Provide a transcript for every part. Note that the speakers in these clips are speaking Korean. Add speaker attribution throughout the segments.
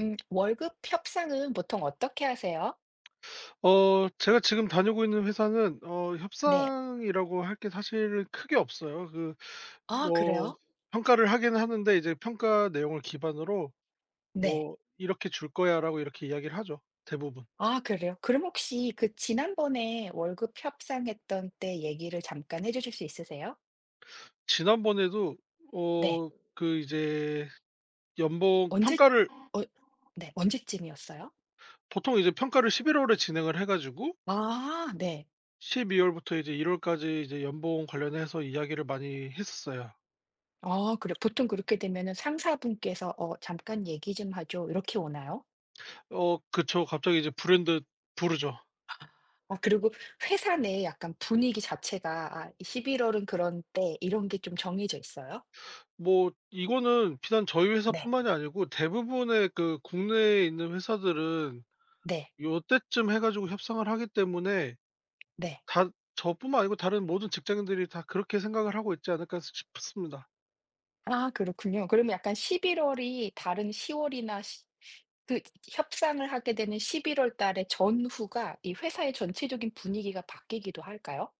Speaker 1: 월급 협상은 보통 어떻게 하세요?
Speaker 2: 제가 지금 다니고 있는 회사는
Speaker 1: 네.
Speaker 2: 협상이라고 할 게 사실은 크게 없어요. 그
Speaker 1: 아
Speaker 2: 뭐
Speaker 1: 그래요?
Speaker 2: 평가를 하긴 하는데 이제 평가 내용을 기반으로
Speaker 1: 네.
Speaker 2: 뭐 "이렇게 줄 거야."라고 이렇게 이야기를 하죠 대부분.
Speaker 1: 아 그래요? 그럼 혹시 그 지난번에 월급 협상했던 때 얘기를 잠깐 해 주실 수 있으세요?
Speaker 2: 지난번에도
Speaker 1: 네.
Speaker 2: 어 그 이제 연봉
Speaker 1: 언제
Speaker 2: 평가를,
Speaker 1: 어 네 언제쯤이었어요?
Speaker 2: 보통 이제 평가를 11월 월에 진행을 해 가지고
Speaker 1: 아 네.
Speaker 2: 12월 월부터 이제 1월 월까지 이제 연봉 관련해서 이야기를 많이 했었어요.
Speaker 1: 아 그래 보통 그렇게 되면은 상사분께서 잠깐 얘기 좀 하죠." 이렇게 오나요?
Speaker 2: 어 그쵸. 갑자기 이제 브랜드 부르죠.
Speaker 1: 아 그리고 회사 내 약간 분위기 자체가 '아 11 월은 그런 때.' 이런 게 좀 정해져 있어요?
Speaker 2: 뭐 이거는 비단 저희
Speaker 1: 네.
Speaker 2: 회사뿐만이 아니고 대부분의 그 국내에 있는 회사들은
Speaker 1: 네.
Speaker 2: 요때쯤 해 가지고 협상을 하기 때문에
Speaker 1: 네.
Speaker 2: 다 저뿐만 아니고 다른 모든 직장인들이 다 그렇게 생각을 하고 있지 않을까 싶습니다.
Speaker 1: 아 그렇군요. 그러면 약간 11 월이 다른 10 월이나 시 그 협상을 하게 되는 11월 달의 전후가 이 회사의 전체적인 분위기가 바뀌기도 할까요?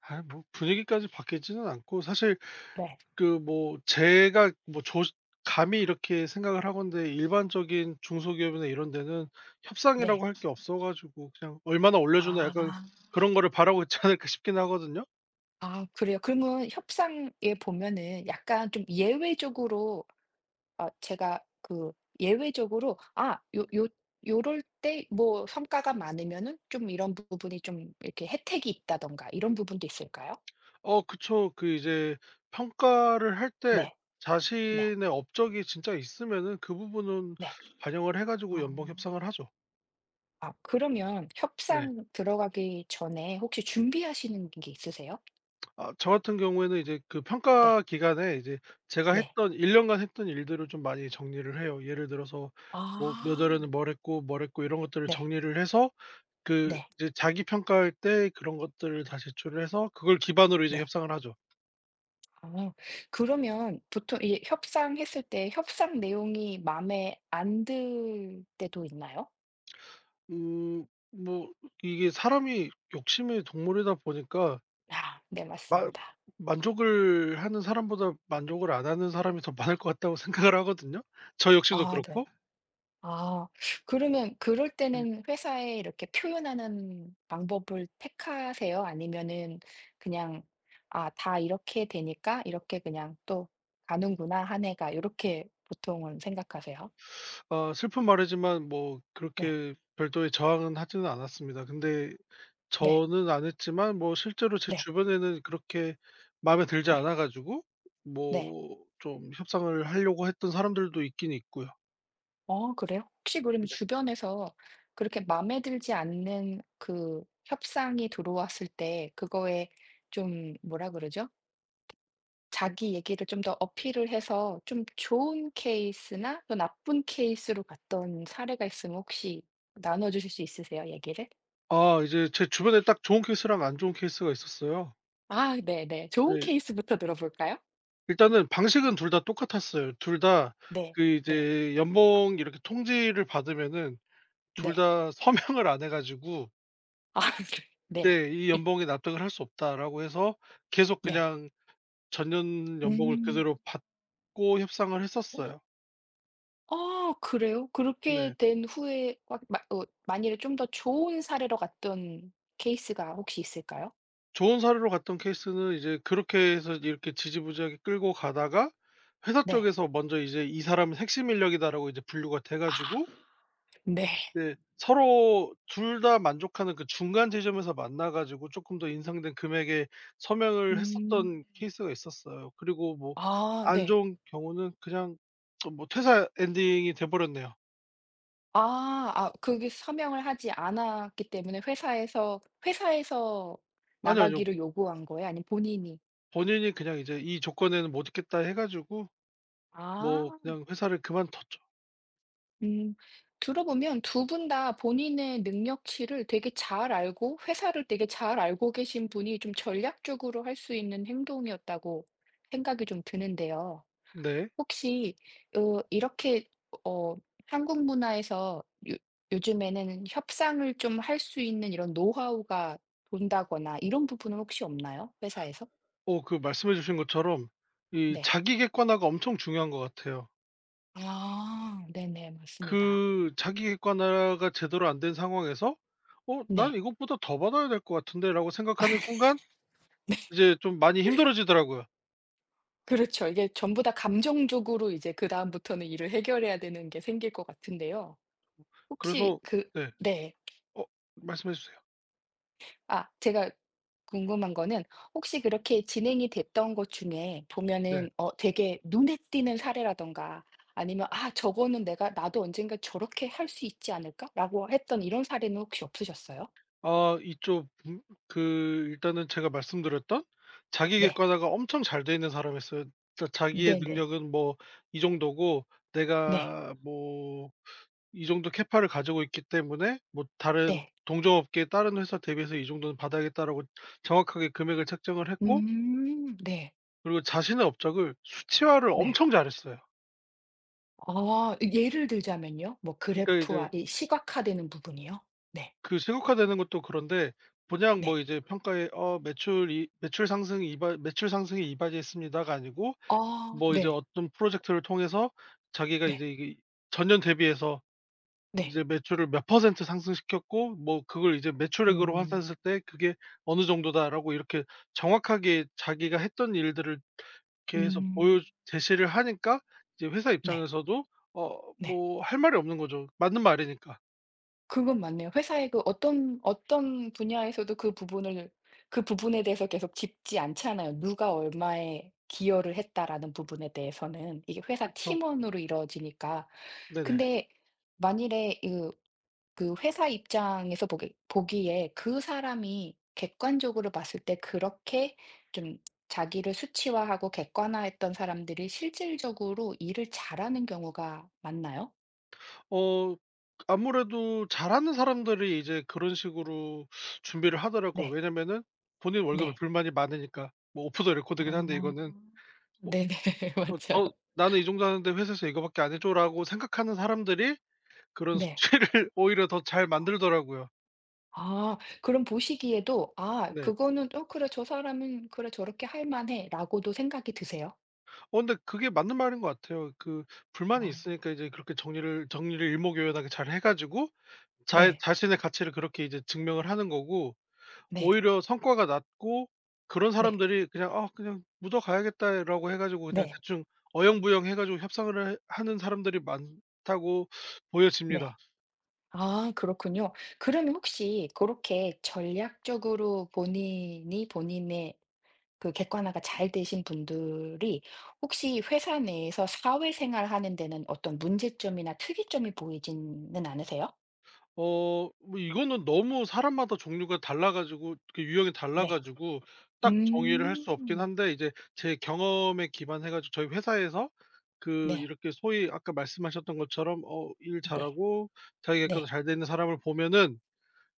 Speaker 2: 아 뭐 분위기까지 바뀌지는 않고 사실
Speaker 1: 네.
Speaker 2: 그 뭐 제가 뭐 조 감히 이렇게 생각을 하건데 일반적인 중소기업이나 이런 데는 협상이라고
Speaker 1: 네.
Speaker 2: 할 게 없어 가지고 그냥 '얼마나 올려주나.' 약간
Speaker 1: 아.
Speaker 2: 그런 거를 바라고 있지 않을까 싶긴 하거든요.
Speaker 1: 아 그래요? 그러면 협상에 보면은 약간 좀 예외적으로 아 제가 그 예외적으로 '아 요 요 요럴 때 뭐 성과가 많으면은 좀 이런 부분이 좀 이렇게 혜택이 있다던가 이런 부분도 있을까요?
Speaker 2: 어 그쵸. 그 이제 평가를 할 때
Speaker 1: 네. 네.
Speaker 2: 자신의 업적이 진짜 있으면은 그 부분은
Speaker 1: 네.
Speaker 2: 반영을 해 가지고
Speaker 1: 아.
Speaker 2: 연봉 협상을 하죠.
Speaker 1: 아 그러면
Speaker 2: 네.
Speaker 1: 협상 들어가기 전에 혹시 준비하시는 게 있으세요?
Speaker 2: 아 저 같은 경우에는 이제 그
Speaker 1: 네.
Speaker 2: 평가 기간에 이제 제가
Speaker 1: 네.
Speaker 2: 했던 1년간 년간 했던 일들을 좀 많이 정리를 해요. 예를 들어서 뭐 몇
Speaker 1: 아.
Speaker 2: 월에는 뭘 했고, 뭘 했고 이런 것들을
Speaker 1: 네.
Speaker 2: 정리를 해서 그
Speaker 1: 네.
Speaker 2: 이제 자기 평가할 때 그런 것들을 다 제출을 해서 그걸 기반으로 이제
Speaker 1: 네.
Speaker 2: 협상을 하죠.
Speaker 1: 아 그러면 보통 이 협상했을 때 협상 내용이 마음에 안 들 때도 있나요?
Speaker 2: 음 뭐 이게 사람이 욕심의 동물이다 보니까
Speaker 1: 아 네
Speaker 2: 마
Speaker 1: 맞습니다.
Speaker 2: 만족을 하는 사람보다 만족을 안 하는 사람이 더 많을 것 같다고 생각을 하거든요. 저 역시도
Speaker 1: 아 네.
Speaker 2: 그렇고.
Speaker 1: 아 그러면 그럴 때는 회사에 이렇게 표현하는 방법을 택하세요? 아니면은 그냥 '아 다 이렇게 되니까 이렇게 그냥 또 가는구나 한 해가.' 이렇게 보통은 생각하세요?
Speaker 2: 슬픈 말이지만 뭐
Speaker 1: 네.
Speaker 2: 그렇게 별도의 저항은 하지는 않았습니다. 근데
Speaker 1: 네.
Speaker 2: 저는 안 했지만 뭐 실제로 제
Speaker 1: 네.
Speaker 2: 주변에는 그렇게 마음에 들지
Speaker 1: 네.
Speaker 2: 않아 가지고
Speaker 1: 네.
Speaker 2: 뭐 좀 협상을 하려고 했던 사람들도 있긴 있고요.
Speaker 1: 어 그래요? 혹시 그러면
Speaker 2: 네.
Speaker 1: 주변에서 그렇게 마음에 들지 않는 그 협상이 들어왔을 때 그거에 좀 뭐라 그러죠? 자기 얘기를 좀 더 어필을 해서 좀 좋은 케이스나 또 나쁜 케이스로 갔던 사례가 있으면 혹시 나눠 주실 수 있으세요, 얘기를?
Speaker 2: 아 이제 제 주변에 딱 좋은 케이스랑 안 좋은 케이스가 있었어요.
Speaker 1: 아 네네. 좋은
Speaker 2: 네.
Speaker 1: 케이스부터 들어볼까요?
Speaker 2: 일단은 방식은 둘 다 똑같았어요. 둘 다
Speaker 1: 네.
Speaker 2: 그
Speaker 1: 네.
Speaker 2: 이제 연봉 이렇게 통지를 받으면은 둘
Speaker 1: 네.
Speaker 2: 다 서명을 안 해 가지고
Speaker 1: 아 네. 네.
Speaker 2: 네 "이 연봉에 납득을 할 수 없다."라고 해서 계속
Speaker 1: 네.
Speaker 2: 그냥 전년 연봉을
Speaker 1: 음.
Speaker 2: 그대로 받고 협상을 했었어요.
Speaker 1: 아 그래요? 그렇게
Speaker 2: 네.
Speaker 1: 된 후에 막 마 어 만일에 좀 더 좋은 사례로 갔던 케이스가 혹시 있을까요?
Speaker 2: 좋은 사례로 갔던 케이스는 이제 그렇게 해서 이렇게 지지부진하게 끌고 가다가 회사
Speaker 1: 네.
Speaker 2: 쪽에서 먼저 이제 "이 사람은 핵심 인력이다."라고 이제 분류가 돼
Speaker 1: 아
Speaker 2: 가지고
Speaker 1: 네.
Speaker 2: 네, 서로 둘 다 만족하는 그 중간 지점에서 만나 가지고 쪼끔 더 인상된 금액에 서명을
Speaker 1: 음.
Speaker 2: 했었던 케이스가 있었어요. 그리고 뭐
Speaker 1: 아
Speaker 2: 안
Speaker 1: 네.
Speaker 2: 좋은 경우는 그냥 좀 뭐 퇴사 엔딩이 돼 버렸네요.
Speaker 1: 아. 아 그게 서명을 하지 않았기 때문에 회사에서
Speaker 2: 아니요, 아니요.
Speaker 1: 나가기를 요구한 거예요? 아니면 본인이?
Speaker 2: 본인이 그냥 이제 "이 조건에는 못 있겠다." 해 가지고 뭐
Speaker 1: 아.
Speaker 2: 그냥 회사를 그만뒀죠.
Speaker 1: 음. 들어보면 두 분 다 본인의 능력치를 되게 잘 알고 회사를 되게 잘 알고 계신 분이 좀 전략적으로 할 수 있는 행동이었다고 생각이 좀 드는데요.
Speaker 2: 네.
Speaker 1: 혹시 이렇게 어 한국 문화에서 요 요즘에는 협상을 좀 할 수 있는 이런 노하우가 돈다거나 이런 부분은 혹시 없나요? 회사에서?
Speaker 2: 그 말씀해 주신 것처럼 이
Speaker 1: 네.
Speaker 2: 자기 객관화가 엄청 중요한 것 같아요.
Speaker 1: 아 네네. 맞습니다.
Speaker 2: 그 자기 객관화가 제대로 안 된 상황에서 '어 난
Speaker 1: 네.
Speaker 2: 이것보다 더 받아야 될 것 같은데.'라고 생각하는 순간 이제 좀 많이 힘들어지더라고요.
Speaker 1: 그렇죠. 이게 전부 다 감정적으로 이제 그다음부터는 일을 해결해야 되는 게 생길 것 같은데요. 혹시
Speaker 2: 그래서.
Speaker 1: 그
Speaker 2: 네.
Speaker 1: 네.
Speaker 2: 어 말씀해 주세요.
Speaker 1: 아 제가 궁금한 거는 혹시 그렇게 진행이 됐던 것 중에
Speaker 2: 네.
Speaker 1: 보면은 되게 눈에 띄는 사례라던가 아니면 '아 저거는 내가 나도 언젠가 저렇게 할 수 있지 않을까?'라고 했던 이런 사례는 혹시 없으셨어요?
Speaker 2: 아 이쪽. 그 일단은 제가 말씀드렸던 자기
Speaker 1: 네.
Speaker 2: 객관화가 엄청 잘 돼 있는 사람이었어요. 그러니까 자기의
Speaker 1: 네네.
Speaker 2: 능력은 뭐 이 정도고
Speaker 1: 네.
Speaker 2: 내가 뭐 이 정도 캐파를 가지고 있기 때문에 뭐 다른
Speaker 1: 네.
Speaker 2: 동종업계, 다른 회사 대비해서 이 정도는 받아야겠다라고 정확하게 금액을 책정을 했고
Speaker 1: 음. 네.
Speaker 2: 그리고 자신의 업적을 수치화를
Speaker 1: 네.
Speaker 2: 엄청 잘했어요.
Speaker 1: 아 예를 들자면요? 뭐
Speaker 2: 그러니까 이제
Speaker 1: 그래프와 이 시각화되는 부분이요? 네.
Speaker 2: 그 세국화되는 것도 그런데 그냥 뭐
Speaker 1: 네.
Speaker 2: 이제 평가에 매출 상승이 이바 매출 상승에 이바지했습니다가 아니고
Speaker 1: 아
Speaker 2: 뭐 이제
Speaker 1: 네.
Speaker 2: 어떤 프로젝트를 통해서 자기가
Speaker 1: 네.
Speaker 2: 이제 이게 전년 대비해서
Speaker 1: 네.
Speaker 2: 이제 매출을 몇 % 상승시켰고 뭐 그걸 이제 매출액으로
Speaker 1: 음.
Speaker 2: 환산했을 때 그게 어느 정도다라고 이렇게 정확하게 자기가 했던 일들을 계속
Speaker 1: 음.
Speaker 2: 보여 제시를 하니까 이제 회사
Speaker 1: 네.
Speaker 2: 입장에서도
Speaker 1: 네.
Speaker 2: 뭐 할 말이 없는 거죠. 맞는 말이니까.
Speaker 1: 그건 맞네요. 회사의 그 어떤 분야에서도 그 부분을 그 부분에 대해서 계속 짚지 않잖아요. 누가 얼마에 기여를 했다라는 부분에 대해서는 이게 회사
Speaker 2: 그쵸.
Speaker 1: 팀원으로 이루어지니까.
Speaker 2: 네네.
Speaker 1: 근데 만일에 그 그 회사 입장에서 보기에 그 사람이 객관적으로 봤을 때 그렇게 좀 자기를 수치화하고 객관화했던 사람들이 실질적으로 일을 잘하는 경우가 많나요?
Speaker 2: 어 아무래도 잘하는 사람들이 이제 그런 식으로 준비를 하더라고요.
Speaker 1: 네.
Speaker 2: 왜냐면은 본인 월급에
Speaker 1: 네.
Speaker 2: 불만이 많으니까. 뭐 오프 더 레코드긴 한데
Speaker 1: 아.
Speaker 2: 이거는.
Speaker 1: 네네. 맞죠
Speaker 2: 저 '나는 이 정도 하는데 회사에서 이거밖에 안 해줘.'라고 생각하는 사람들이 그런
Speaker 1: 네.
Speaker 2: 수치를 오히려 더 잘 만들더라고요.
Speaker 1: 아 그럼 보시기에도 '아
Speaker 2: 네.
Speaker 1: 그거는 그래 저 사람은 그래 저렇게 할 만해.'라고도 생각이 드세요?
Speaker 2: 어 근데 그게 맞는 말인 것 같아요. 그 불만이
Speaker 1: 아.
Speaker 2: 있으니까 이제 그렇게 정리를 일목요연하게 잘 해 가지고 자
Speaker 1: 네.
Speaker 2: 자신의 가치를 그렇게 이제 증명을 하는 거고
Speaker 1: 네.
Speaker 2: 오히려 성과가 낮고 그런
Speaker 1: 네.
Speaker 2: 사람들이 그냥 '아 그냥 묻어가야겠다.'라고 해 가지고 그냥
Speaker 1: 네.
Speaker 2: 대충 어영부영 해 가지고 협상을 해 하는 사람들이 많다고
Speaker 1: 네.
Speaker 2: 보여집니다.
Speaker 1: 아 그렇군요. 그러면 혹시 그렇게 전략적으로 본인이 본인의 그 객관화가 잘 되신 분들이 혹시 회사 내에서 사회생활 하는 데는 어떤 문제점이나 특이점이 보이지는 않으세요?
Speaker 2: 뭐 이거는 너무 사람마다 종류가 달라 가지고 그 유형이 달라
Speaker 1: 네.
Speaker 2: 가지고 딱 정의를 할 수 없긴
Speaker 1: 음.
Speaker 2: 한데 이제 제 경험에 기반해 가지고 저희 회사에서 그
Speaker 1: 네.
Speaker 2: 이렇게 소위 아까 말씀하셨던 것처럼 어 일
Speaker 1: 네.
Speaker 2: 잘하고 자기가 이렇게
Speaker 1: 네.
Speaker 2: 잘돼 있는 사람을 보면은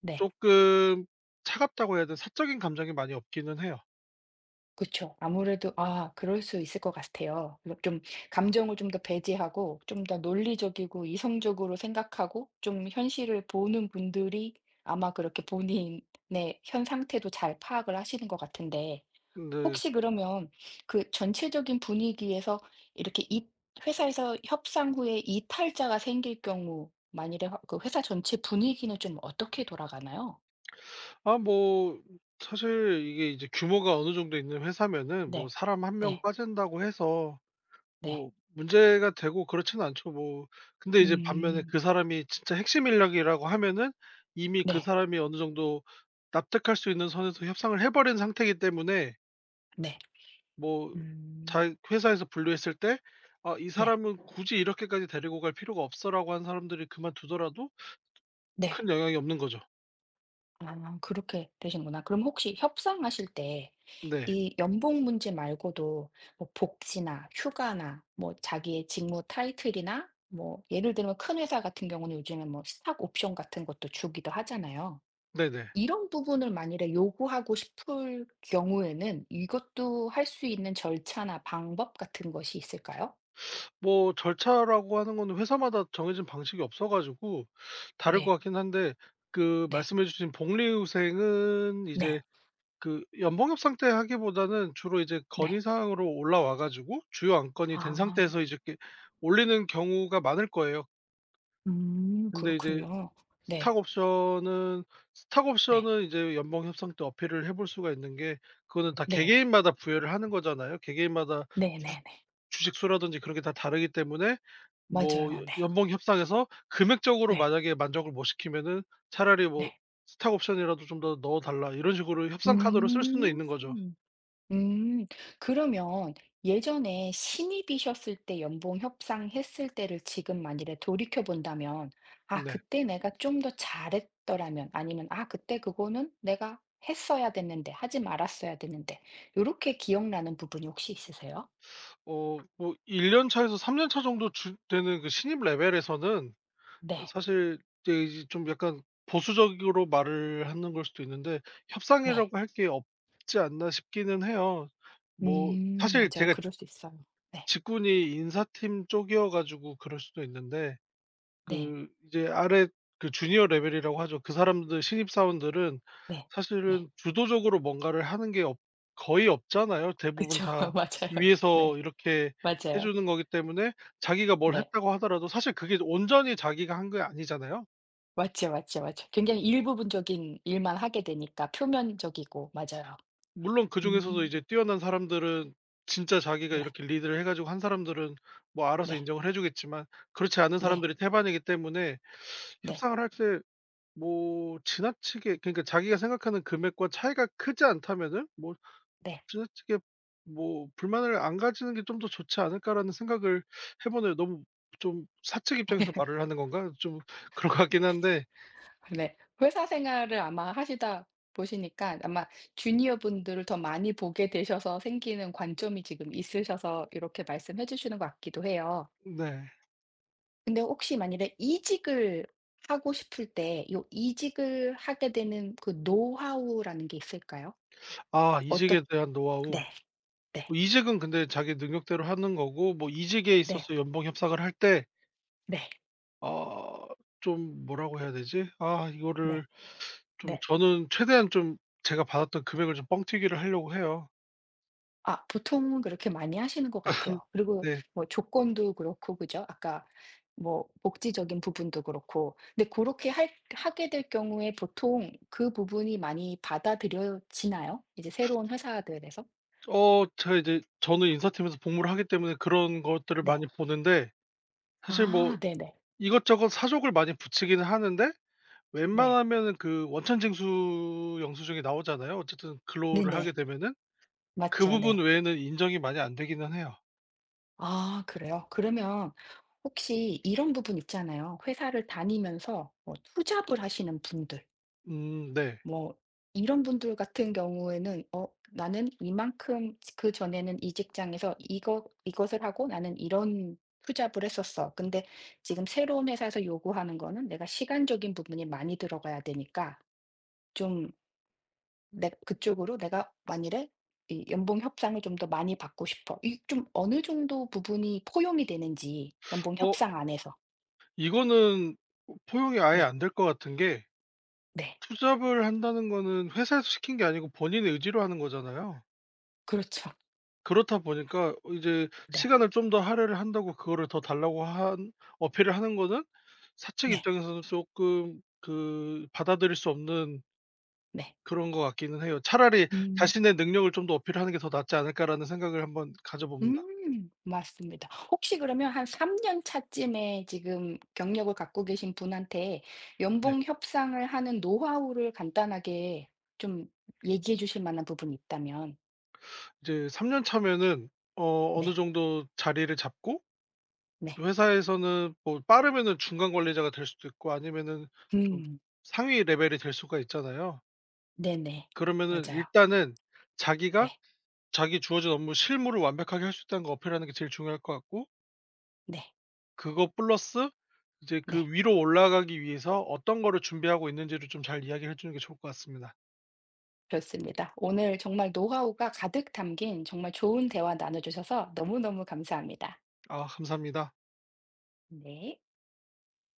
Speaker 1: 네.
Speaker 2: 조금, 차갑다고 해야 되나, 사적인 감정이 많이 없기는 해요.
Speaker 1: 그쵸. 아무래도 아 그럴 수 있을 것 같아요. 그래서 좀 감정을 좀 더 배제하고 좀 더 논리적이고 이성적으로 생각하고 좀 현실을 보는 분들이 아마 그렇게 본인의 현 상태도 잘 파악을 하시는 것 같은데
Speaker 2: 근데.
Speaker 1: 혹시 그러면 그 전체적인 분위기에서 이렇게 이 회사에서 협상 후에 이탈자가 생길 경우 만일에 화 그 회사 전체 분위기는 좀 어떻게 돌아가나요?
Speaker 2: 아 뭐 사실 이게 이제 규모가 어느 정도 있는 회사면은 뭐
Speaker 1: 네.
Speaker 2: 사람 한 명
Speaker 1: 네.
Speaker 2: 빠진다고 해서
Speaker 1: 네.
Speaker 2: 뭐 문제가 되고 그렇지는 않죠. 뭐 근데 이제 반면에
Speaker 1: 음.
Speaker 2: 그 사람이 진짜 핵심 인력이라고 하면은 이미 그
Speaker 1: 네.
Speaker 2: 사람이 어느 정도 납득할 수 있는 선에서 협상을 해 버린 상태이기 때문에
Speaker 1: 네.
Speaker 2: 뭐
Speaker 1: 음.
Speaker 2: 자 회사에서 분류했을 때 '아 이
Speaker 1: 네.
Speaker 2: 사람은 굳이 이렇게까지 데리고 갈 필요가 없어.'라고 한 사람들이 그만두더라도 큰
Speaker 1: 네.
Speaker 2: 영향이 없는 거죠.
Speaker 1: 아 그렇게 되시는구나. 그럼 혹시 협상하실 때
Speaker 2: 네.
Speaker 1: 이 연봉 문제 말고도 뭐 복지나 휴가나 뭐 자기의 직무 타이틀이나 뭐 예를 들면 큰 회사 같은 경우는 요즘에 뭐 스탁 옵션 같은 것도 주기도 하잖아요.
Speaker 2: 네네.
Speaker 1: 이런 부분을 만일에 요구하고 싶을 경우에는 이것도 할 수 있는 절차나 방법 같은 것이 있을까요?
Speaker 2: 뭐 절차라고 하는 거는 회사마다 정해진 방식이 없어 가지고 다를 것
Speaker 1: 네.
Speaker 2: 같긴 한데 그
Speaker 1: 네.
Speaker 2: 말씀해 주신 복리후생은 이제
Speaker 1: 네.
Speaker 2: 그 연봉협 상태 하기보다는 주로 이제 건의
Speaker 1: 네.
Speaker 2: 사항으로 올라와 가지고 주요 안건이 된
Speaker 1: 아.
Speaker 2: 상태에서 이제 이렇게 올리는 경우가 많을 거예요. 근데 이제
Speaker 1: 그렇군요.
Speaker 2: 스탁
Speaker 1: 네.
Speaker 2: 옵션은 스탁
Speaker 1: 네.
Speaker 2: 옵션은 이제 연봉 협상 때 어필을 해볼 수가 있는 게 그거는 다
Speaker 1: 네.
Speaker 2: 개개인마다 부여를 하는 거잖아요. 개개인마다 주
Speaker 1: 네네네.
Speaker 2: 주식 수라든지 그런 게 다 다르기 때문에 뭐
Speaker 1: 맞아요.
Speaker 2: 연
Speaker 1: 네.
Speaker 2: 연봉 협상에서 금액적으로
Speaker 1: 네.
Speaker 2: 만약에 만족을 못 시키면은 차라리 뭐
Speaker 1: 네.
Speaker 2: "스탁 옵션이라도 좀 더 넣어 달라." 이런 식으로 협상 카드로 쓸 수는
Speaker 1: 음.
Speaker 2: 있는 거죠.
Speaker 1: 음. 그러면 예전에 신입이셨을 때 연봉 협상했을 때를 지금 만일에 돌이켜 본다면 '아
Speaker 2: 네.
Speaker 1: 그때 내가 좀 더 잘했더라면.' 아니면 '아 그때 그거는 내가 했어야 됐는데. 하지 말았어야 됐는데.' 요렇게 기억나는 부분이 혹시 있으세요?
Speaker 2: 뭐 1년 차 년 차에서 3년차 정도 주 되는 그 신입 레벨에서는
Speaker 1: 네.
Speaker 2: 사실 이제 좀 약간 보수적으로 말을 하는 걸 수도 있는데
Speaker 1: 네.
Speaker 2: 협상이라고 할게 없지 않나 싶기는 해요. 뭐 사실
Speaker 1: 맞아요.
Speaker 2: 제가
Speaker 1: 그럴 수 있어요. 네.
Speaker 2: 직군이 인사팀 쪽이어 가지고 그럴 수도 있는데
Speaker 1: 네.
Speaker 2: 그 이제 아래 그 주니어 레벨이라고 하죠. 그 사람들 신입사원들은
Speaker 1: 네. 네.
Speaker 2: 사실은 주도적으로 뭔가를 하는 게 없 거의 없잖아요. 대부분
Speaker 1: 그쵸.
Speaker 2: 다
Speaker 1: 맞아요.
Speaker 2: 위에서
Speaker 1: 네.
Speaker 2: 이렇게 해
Speaker 1: 맞아요.
Speaker 2: 주는 거기 때문에 자기가 뭘
Speaker 1: 네.
Speaker 2: 했다고 하더라도 사실 그게 온전히 자기가 한 게 아니잖아요.
Speaker 1: 맞죠, 맞죠, 맞죠. 굉장히 일부분적인 일만 하게 되니까 표면적이고 맞아요.
Speaker 2: 물론 그중에서도
Speaker 1: 음.
Speaker 2: 이제 뛰어난 사람들은 진짜 자기가
Speaker 1: 네.
Speaker 2: 이렇게 리드를 해 가지고 한 사람들은 뭐 알아서
Speaker 1: 네.
Speaker 2: 인정을 해 주겠지만 그렇지 않은
Speaker 1: 네.
Speaker 2: 사람들이 태반이기 때문에
Speaker 1: 네.
Speaker 2: 협상을 할때 뭐 지나치게, 그러니까 자기가 생각하는 금액과 차이가 크지 않다면은 뭐
Speaker 1: 네.
Speaker 2: 지나치게 뭐 '불만을 안 가지는 게 좀 더 좋지 않을까.'라는 생각을 해 보네요. 너무 좀 사측 입장에서 말을 하는 건가? 좀 그런 것 같긴 한데.
Speaker 1: 네. 회사 생활을 아마 하시다 보시니까 아마 주니어 분들을 더 많이 보게 되셔서 생기는 관점이 지금 있으셔서 이렇게 말씀해 주시는 것 같기도 해요.
Speaker 2: 네.
Speaker 1: 근데 혹시 만일에 이직을 하고 싶을 때 요 이직을 하게 되는 그 노하우라는 게 있을까요?
Speaker 2: 아
Speaker 1: 어떻
Speaker 2: 이직에 대한 노하우.
Speaker 1: 네. 네.
Speaker 2: 뭐 이직은 근데 자기 능력대로 하는 거고 뭐 이직에
Speaker 1: 네.
Speaker 2: 있어서 연봉 협상을 할 때
Speaker 1: 네.
Speaker 2: 어 좀 뭐라고 해야 되지? 아
Speaker 1: 네.
Speaker 2: 이거를 좀
Speaker 1: 네.
Speaker 2: 저는 최대한 좀 제가 받았던 금액을 좀 뻥튀기를 하려고 해요.
Speaker 1: 아 보통은 그렇게 많이 하시는 것 같아요. 그리고
Speaker 2: 네.
Speaker 1: 뭐 조건도 그렇고 그죠? 아까 뭐 복지적인 부분도 그렇고. 근데 고렇게 할 하게 될 경우에 보통 그 부분이 많이 받아들여지나요? 이제 새로운 회사들에서?
Speaker 2: 제가 이제 저는 인사팀에서 복무를 하기 때문에 그런 것들을
Speaker 1: 네.
Speaker 2: 많이 보는데 사실 뭐
Speaker 1: 아 네네.
Speaker 2: 이것저것 사족을 많이 붙이기는 하는데
Speaker 1: 네.
Speaker 2: 웬만하면은 그 원천징수 영수증이 나오잖아요. 어쨌든 근로를 하게
Speaker 1: 네네.
Speaker 2: 되면은 그
Speaker 1: 맞죠.
Speaker 2: 부분
Speaker 1: 네.
Speaker 2: 외에는 인정이 많이 안 되기는 해요.
Speaker 1: 아 그래요? 그러면 혹시 이런 부분 있잖아요. 회사를 다니면서 뭐 투잡을 하시는 분들
Speaker 2: 음. 네.
Speaker 1: 뭐 이런 분들 같은 경우에는 나는 이만큼 그전에는 이 직장에서 이거 이것을 하고 나는 이런 투잡을 했었어. 근데 지금 새로운 회사에서 요구하는 거는 내가 시간적인 부분이 많이 들어가야 되니까 좀 내 그쪽으로 내가 만일에 이 연봉 협상을 좀 더 많이 받고 싶어. 이 좀 어느 정도 부분이 포용이 되는지 연봉
Speaker 2: 어
Speaker 1: 협상 안에서.
Speaker 2: 이거는 포용이 아예
Speaker 1: 네.
Speaker 2: 안 될 것 같은 게
Speaker 1: 네.
Speaker 2: 투잡을 한다는 거는 회사에서 시킨 게 아니고 본인의 의지로 하는 거잖아요.
Speaker 1: 그렇죠.
Speaker 2: 그렇다 보니까 어 이제
Speaker 1: 네.
Speaker 2: 시간을 좀 더 할애를 한다고 그거를 더 달라고 한 어필을 하는 거는 사측
Speaker 1: 네.
Speaker 2: 입장에서는 쪼끔 그 받아들일 수 없는
Speaker 1: 네.
Speaker 2: 그런 것 같기는 해요. '차라리
Speaker 1: 음.
Speaker 2: 자신의 능력을 좀 더 어필하는 게 더 낫지 않을까.'라는 생각을 한번 가져 봅니다.
Speaker 1: 음. 맞습니다. 혹시 그러면 한 3년 차쯤에 지금 경력을 갖고 계신 분한테
Speaker 2: 네.
Speaker 1: 연봉 협상을 하는 노하우를 간단하게 좀 얘기해 주실 만한 부분이 있다면.
Speaker 2: 이제 3년 차면은 어느
Speaker 1: 네.
Speaker 2: 정도 자리를 잡고
Speaker 1: 네.
Speaker 2: 회사에서는 뭐 빠르면은 중간 관리자가 될 수도 있고 아니면은 좀
Speaker 1: 음.
Speaker 2: 상위 레벨이 될 수가 있잖아요.
Speaker 1: 네네.
Speaker 2: 그러면은
Speaker 1: 맞아요.
Speaker 2: 일단은 자기가
Speaker 1: 네.
Speaker 2: 자기 주어진 업무 실무를 완벽하게 할 수 있다는 걸 어필하는 게 제일 중요할 것 같고
Speaker 1: 네.
Speaker 2: 그거 플러스 이제
Speaker 1: 네.
Speaker 2: 그 위로 올라가기 위해서 어떤 거를 준비하고 있는지를 좀 잘 이야기를 해 주는 게 좋을 것 같습니다.
Speaker 1: 좋습니다. 오늘 정말 노하우가 가득 담긴 정말 좋은 대화 나눠주셔서 너무너무 감사합니다.
Speaker 2: 아 감사합니다.
Speaker 1: 네.